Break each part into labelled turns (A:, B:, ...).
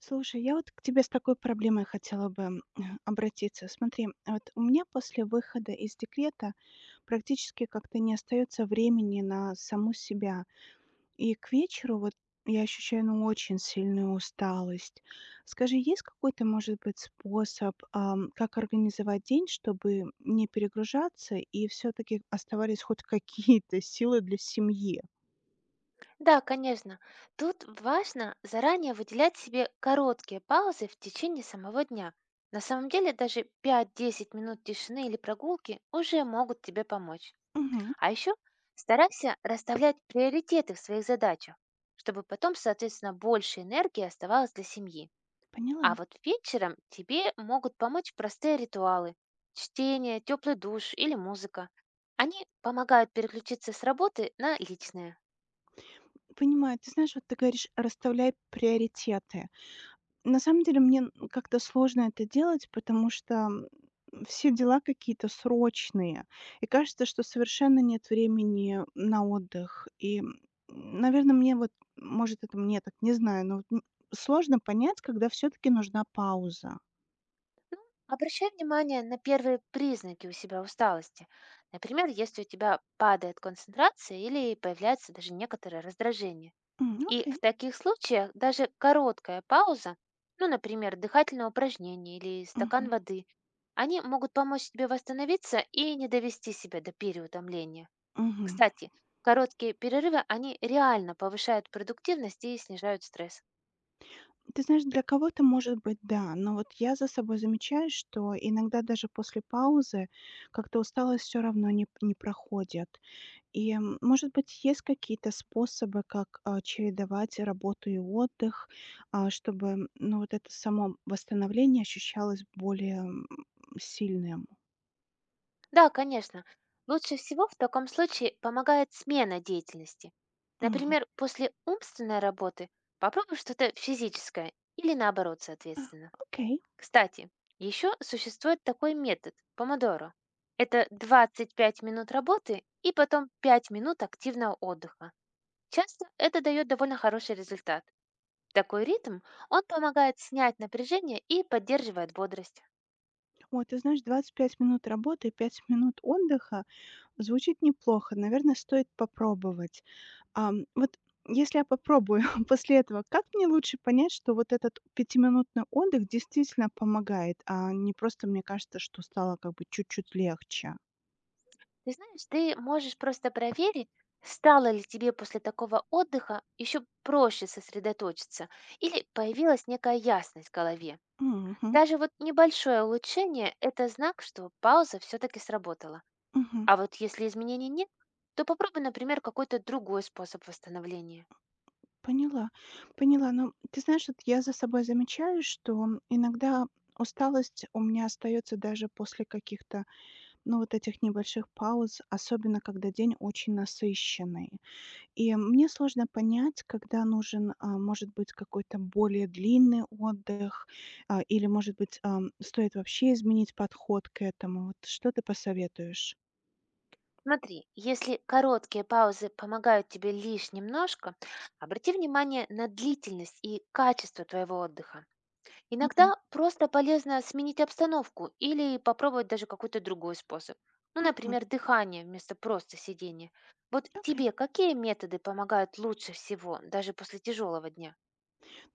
A: Слушай, я вот к тебе с такой проблемой хотела бы обратиться. Смотри, вот у меня после выхода из декрета практически как-то не остается времени на саму себя. И к вечеру вот я ощущаю, ну, очень сильную усталость. Скажи, есть какой-то, может быть, способ, как организовать день, чтобы не перегружаться и все-таки оставались хоть какие-то силы для семьи?
B: Да, конечно. Тут важно заранее выделять себе короткие паузы в течение самого дня. На самом деле даже пять-десять минут тишины или прогулки уже могут тебе помочь.
A: Мгм.
B: А еще старайся расставлять приоритеты в своих задачах, чтобы потом, соответственно, больше энергии оставалось для семьи. А
A: Поняла.
B: вот вечером тебе могут помочь простые ритуалы, чтение, теплый душ или музыка. Они помогают переключиться с работы на личное.
A: Понимаю. Ты знаешь, вот ты говоришь, расставляй приоритеты. На самом деле мне, как-то сложно это делать, потому что, все дела какие-то срочные, и кажется, что совершенно нет времени на отдых. И, наверное, мне вот, может, это мне так, не знаю, но вот, сложно понять, когда все таки нужна пауза.
B: Обращай внимание на первые признаки у себя усталости. Например, если у тебя падает концентрация или появляется даже некоторое раздражение.
A: М,
B: И в
A: окей.
B: таких случаях даже короткая пауза, ну, например, дыхательное упражнение или стакан
A: Мгм.
B: воды, они могут помочь тебе восстановиться и не довести себя до переутомления.
A: Мгм.
B: Кстати, короткие перерывы, они реально повышают продуктивность и снижают стресс.
A: Ты знаешь, для кого-то, может быть, да, но вот я за собой замечаю, что иногда даже после паузы как-то усталость все равно не проходит. И, может быть, есть какие-то способы, как, чередовать работу и отдых, чтобы, ну, вот это само восстановление ощущалось более, сильным?
B: Да, конечно. Лучше всего в таком случае помогает смена деятельности.
A: Мгм.
B: Например, после умственной работы попробуй что-то физическое или наоборот, соответственно.
A: Окей.
B: Кстати, еще существует такой метод — помодоро. Это 25 минут работы и потом 5 минут активного отдыха. Часто это дает довольно хороший результат. Такой ритм, он помогает снять напряжение и поддерживает бодрость.
A: Вот, ты знаешь, 25 минут работы и 5 минут отдыха звучит неплохо. Наверное, стоит попробовать. Вот если я попробую после этого, как мне лучше понять, что вот этот пятиминутный отдых действительно помогает, а не просто мне кажется, что стало как бы чуть-чуть легче?
B: Ты знаешь, ты можешь просто проверить, стало ли тебе после такого отдыха еще проще сосредоточиться или появилась некая ясность в голове.
A: Мгм,
B: Даже вот небольшое улучшение — это знак, что пауза все-таки сработала.
A: мгм.
B: А вот если изменений нет, то попробуй, например, какой-то другой способ восстановления.
A: Поняла, поняла. Но ты знаешь, вот я за собой замечаю, что иногда усталость у меня остается даже после каких-то, ну, вот этих небольших пауз, особенно когда день очень насыщенный. И мне сложно понять, когда нужен, может быть, какой-то более длинный отдых, или, может быть, стоит вообще изменить подход к этому. Вот что ты посоветуешь?
B: Смотри, если короткие паузы помогают тебе лишь немножко, обрати внимание на длительность и качество твоего отдыха.
A: Мгм,
B: Иногда просто полезно сменить обстановку или попробовать даже какой-то другой способ. Ну,
A: мгм.
B: например, дыхание вместо просто сидения. Вот
A: Окей.
B: тебе какие методы помогают лучше всего, даже после тяжелого дня?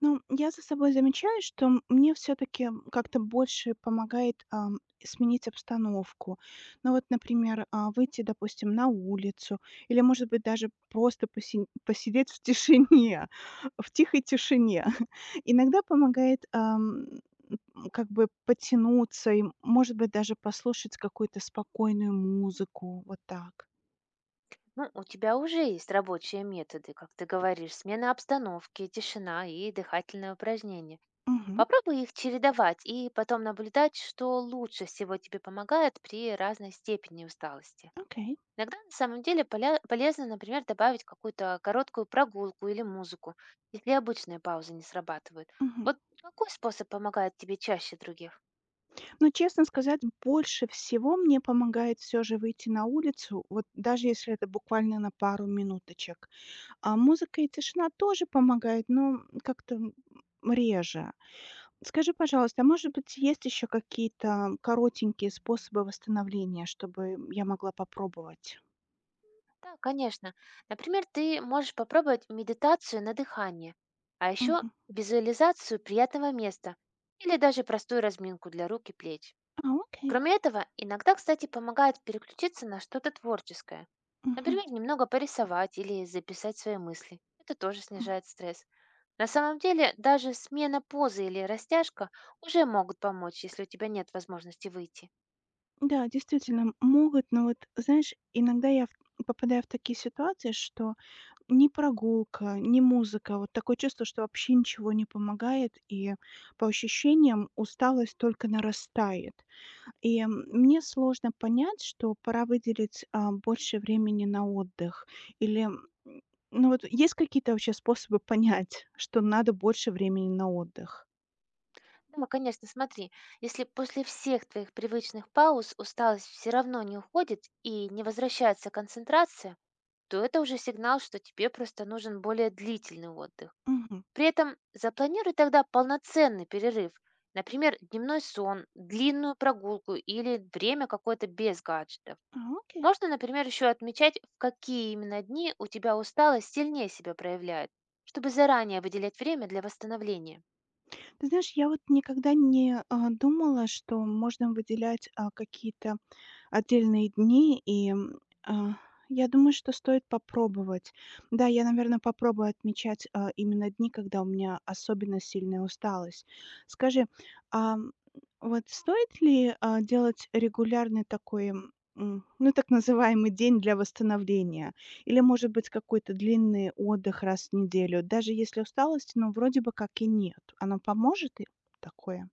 A: Ну, я за собой замечаю, что мне все таки как-то больше помогает, сменить обстановку. Ну вот, например, выйти, допустим, на улицу или, может быть, даже просто посин посидеть в тишине, в тихой тишине. Иногда помогает, как бы потянуться и, может быть, даже послушать какую-то спокойную музыку. Вот так.
B: Ну, у тебя уже есть рабочие методы, как ты говоришь, смена обстановки, тишина и дыхательное упражнение.
A: Мгм.
B: Попробуй их чередовать и потом наблюдать, что лучше всего тебе помогает при разной степени усталости.
A: Окей.
B: Иногда на самом деле полезно, например, добавить какую-то короткую прогулку или музыку, если обычные паузы не срабатывают.
A: Мгм.
B: Вот какой способ помогает тебе чаще других?
A: Ну, честно сказать, больше всего мне помогает все же выйти на улицу, вот даже если это буквально на пару минуточек. А музыка и тишина тоже помогает, но как-то, реже. Скажи, пожалуйста, а может быть, есть еще какие-то коротенькие способы восстановления, чтобы я могла попробовать?
B: Да, конечно. Например, ты можешь попробовать медитацию на дыхание, а еще
A: Мгм.
B: визуализацию приятного места или даже простую разминку для рук и плеч.
A: Окей.
B: Кроме этого, иногда, кстати, помогает переключиться на что-то творческое.
A: Мгм.
B: Например, немного порисовать или записать свои мысли. Это тоже
A: М.
B: снижает стресс. На самом деле, даже смена позы или растяжка уже могут помочь, если у тебя нет возможности выйти.
A: Да, действительно, могут, но вот, знаешь, иногда я в попадаю в такие ситуации, что ни прогулка, ни музыка. Вот такое чувство, что вообще ничего не помогает, и по ощущениям усталость только нарастает. И, мне сложно понять, что пора выделить, больше времени на отдых. Или, ну, вот есть какие-то вообще способы понять, что надо больше времени на отдых?
B: Ну, конечно, смотри, если после всех твоих привычных пауз усталость все равно не уходит и не возвращается концентрация, то это уже сигнал, что тебе просто нужен более длительный отдых.
A: Мгм.
B: При этом запланируй тогда полноценный перерыв, например, дневной сон, длинную прогулку или время какое-то без гаджетов.
A: Окей.
B: Можно, например, еще отмечать, в какие именно дни у тебя усталость сильнее себя проявляет, чтобы заранее выделять время для восстановления.
A: Ты знаешь, я вот никогда не, думала, что можно выделять, какие-то отдельные дни, и, я думаю, что стоит попробовать. Да, я, наверное, попробую отмечать, именно дни, когда у меня особенно сильная усталость. Скажи, ам, вот стоит ли, делать регулярный такой, ну, так называемый день для восстановления? Или, может быть, какой-то длинный отдых раз в неделю? Даже если усталости, ну, вроде бы как и нет. Оно поможет и такое?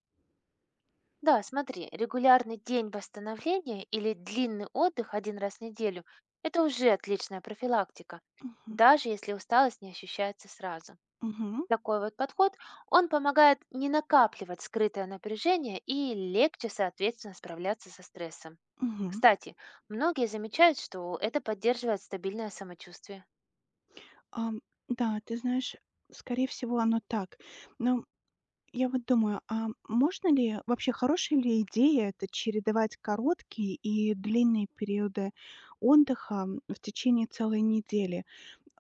B: Да, смотри, регулярный день восстановления или длинный отдых один раз в неделю — это уже отличная профилактика,
A: Мгм.
B: даже если усталость не ощущается сразу.
A: Мгм.
B: Такой вот подход, он помогает не накапливать скрытое напряжение и легче, соответственно, справляться со стрессом.
A: Мгм.
B: Кстати, многие замечают, что это поддерживает стабильное самочувствие.
A: Ам, да, ты знаешь, скорее всего, оно так. Но я вот думаю, а можно ли, вообще хорошая ли идея это чередовать короткие и длинные периоды отдыха в течение целой недели?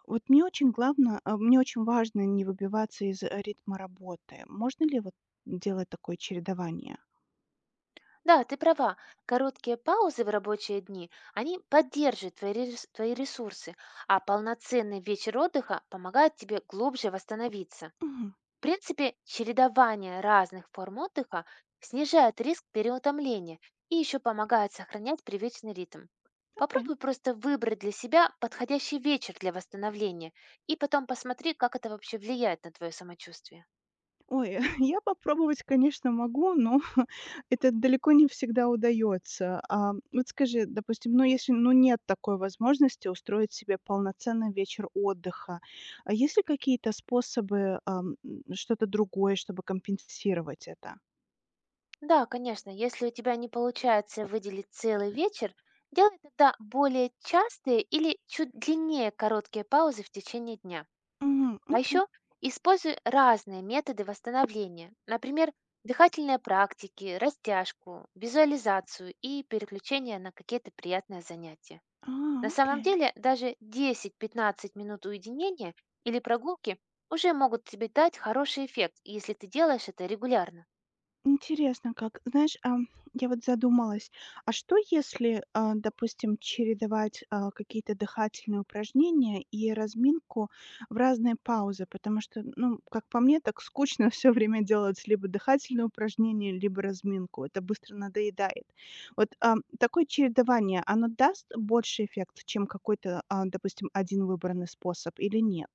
A: Вот мне очень главное, мне очень важно не выбиваться из ритма работы. Можно ли вот делать такое чередование?
B: Да, ты права. Короткие паузы в рабочие дни, они поддерживают твои, твои ресурсы, а полноценный вечер отдыха помогает тебе глубже восстановиться.
A: Мгм.
B: В принципе, чередование разных форм отдыха снижает риск переутомления и еще помогает сохранять привычный ритм.
A: Окей.
B: Попробуй просто выбрать для себя подходящий вечер для восстановления и потом посмотри, как это вообще влияет на твое самочувствие.
A: Ой, я попробовать, конечно, могу, но это далеко не всегда удается. Вот скажи, допустим, ну, если, ну, нет такой возможности устроить себе полноценный вечер отдыха, а есть ли какие-то способы, что-то другое, чтобы компенсировать это?
B: Да, конечно, если у тебя не получается выделить целый вечер, делай тогда более частые или чуть длиннее короткие паузы в течение дня.
A: Мгм.
B: А
A: Окей.
B: еще используй разные методы восстановления, например, дыхательные практики, растяжку, визуализацию и переключение на какие-то приятные занятия. На самом
A: Окей.
B: деле, даже 10-15 минут уединения или прогулки уже могут тебе дать хороший эффект, если ты делаешь это регулярно.
A: Интересно как. Знаешь, я вот задумалась, а что если, допустим, чередовать, какие-то дыхательные упражнения и разминку в разные паузы? Потому что, ну, как по мне, так скучно все время делать либо дыхательные упражнения, либо разминку. Это быстро надоедает. Вот, такое чередование, оно даст больше эффект, чем какой-то, допустим, один выбранный способ или нет?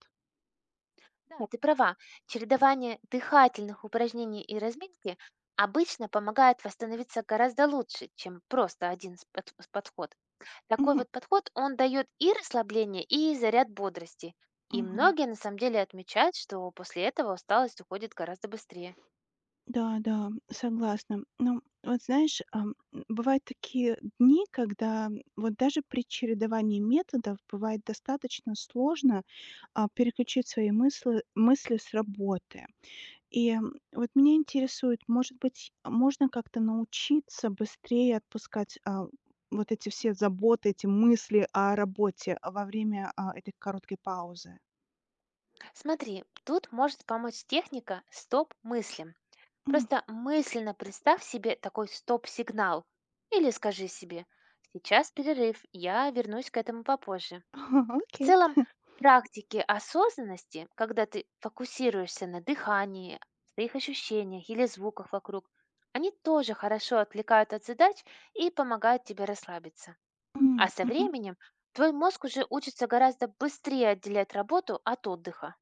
B: Да, ты права. Чередование дыхательных упражнений и разминки обычно помогает восстановиться гораздо лучше, чем просто один подход. Такой
A: Мгм.
B: вот подход, он дает и расслабление, и заряд бодрости. И
A: Мгм.
B: многие на самом деле отмечают, что после этого усталость уходит гораздо быстрее.
A: Да, да, согласна. Ну, вот знаешь, бывают такие дни, когда вот даже при чередовании методов бывает достаточно сложно переключить свои мысли с работы. И вот меня интересует, может быть, можно как-то научиться быстрее отпускать вот эти все заботы, эти мысли о работе во время этой короткой паузы?
B: Смотри, тут может помочь техника «стоп мыслям».
A: М,
B: Просто мысленно представь себе такой стоп-сигнал. Или скажи себе: «Сейчас перерыв, я вернусь к этому попозже». В
A: Окей.
B: целом, практики осознанности, когда ты фокусируешься на дыхании, своих ощущениях или звуках вокруг, они тоже хорошо отвлекают от задач и помогают тебе расслабиться. А
A: М,
B: со
A: мгм.
B: временем твой мозг уже учится гораздо быстрее отделять работу от отдыха.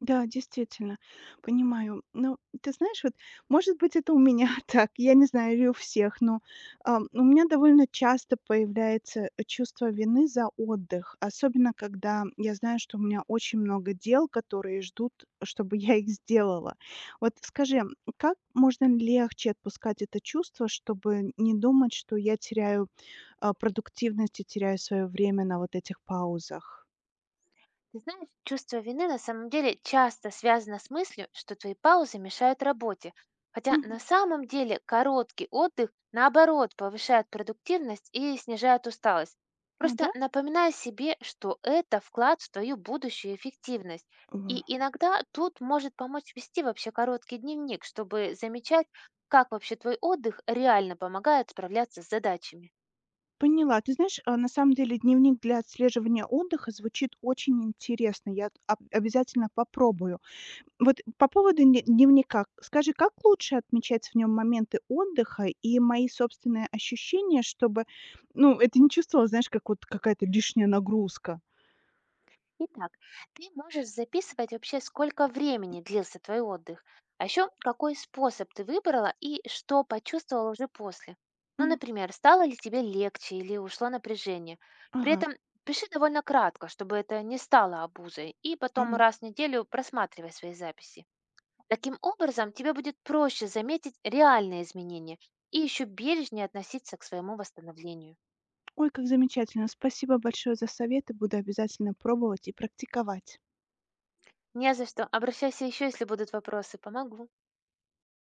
A: Да, действительно, понимаю. Ну, ты знаешь, вот, может быть, это у меня так, я не знаю, или у всех, но у меня довольно часто появляется чувство вины за отдых, особенно когда я знаю, что у меня очень много дел, которые ждут, чтобы я их сделала. Вот скажи, как можно легче отпускать это чувство, чтобы не думать, что я теряю продуктивность и теряю свое время на вот этих паузах?
B: Ты знаешь, чувство вины на самом деле часто связано с мыслью, что твои паузы мешают работе, хотя
A: Мгм.
B: на самом деле короткий отдых, наоборот, повышает продуктивность и снижает усталость. Просто
A: Да?
B: напоминай себе, что это вклад в твою будущую эффективность. И иногда тут может помочь вести вообще короткий дневник, чтобы замечать, как вообще твой отдых реально помогает справляться с задачами.
A: Поняла. Ты знаешь, на самом деле дневник для отслеживания отдыха звучит очень интересно. Я обязательно попробую. Вот по поводу дневника. Скажи, как лучше отмечать в нем моменты отдыха и мои собственные ощущения, чтобы, ну, это не чувствовалось, знаешь, как вот какая-то лишняя нагрузка.
B: Итак, ты можешь записывать вообще, сколько времени длился твой отдых, а еще какой способ ты выбрала и что почувствовала уже после. Ну,
A: М,
B: например, стало ли тебе легче или ушло напряжение. При
A: ага.
B: этом пиши довольно кратко, чтобы это не стало обузой, и потом
A: Мгм.
B: раз в неделю просматривай свои записи. Таким образом, тебе будет проще заметить реальные изменения и еще бережнее относиться к своему восстановлению.
A: Ой, как замечательно. Спасибо большое за советы. Буду обязательно пробовать и практиковать.
B: Не за что. Обращайся еще, если будут вопросы. Помогу.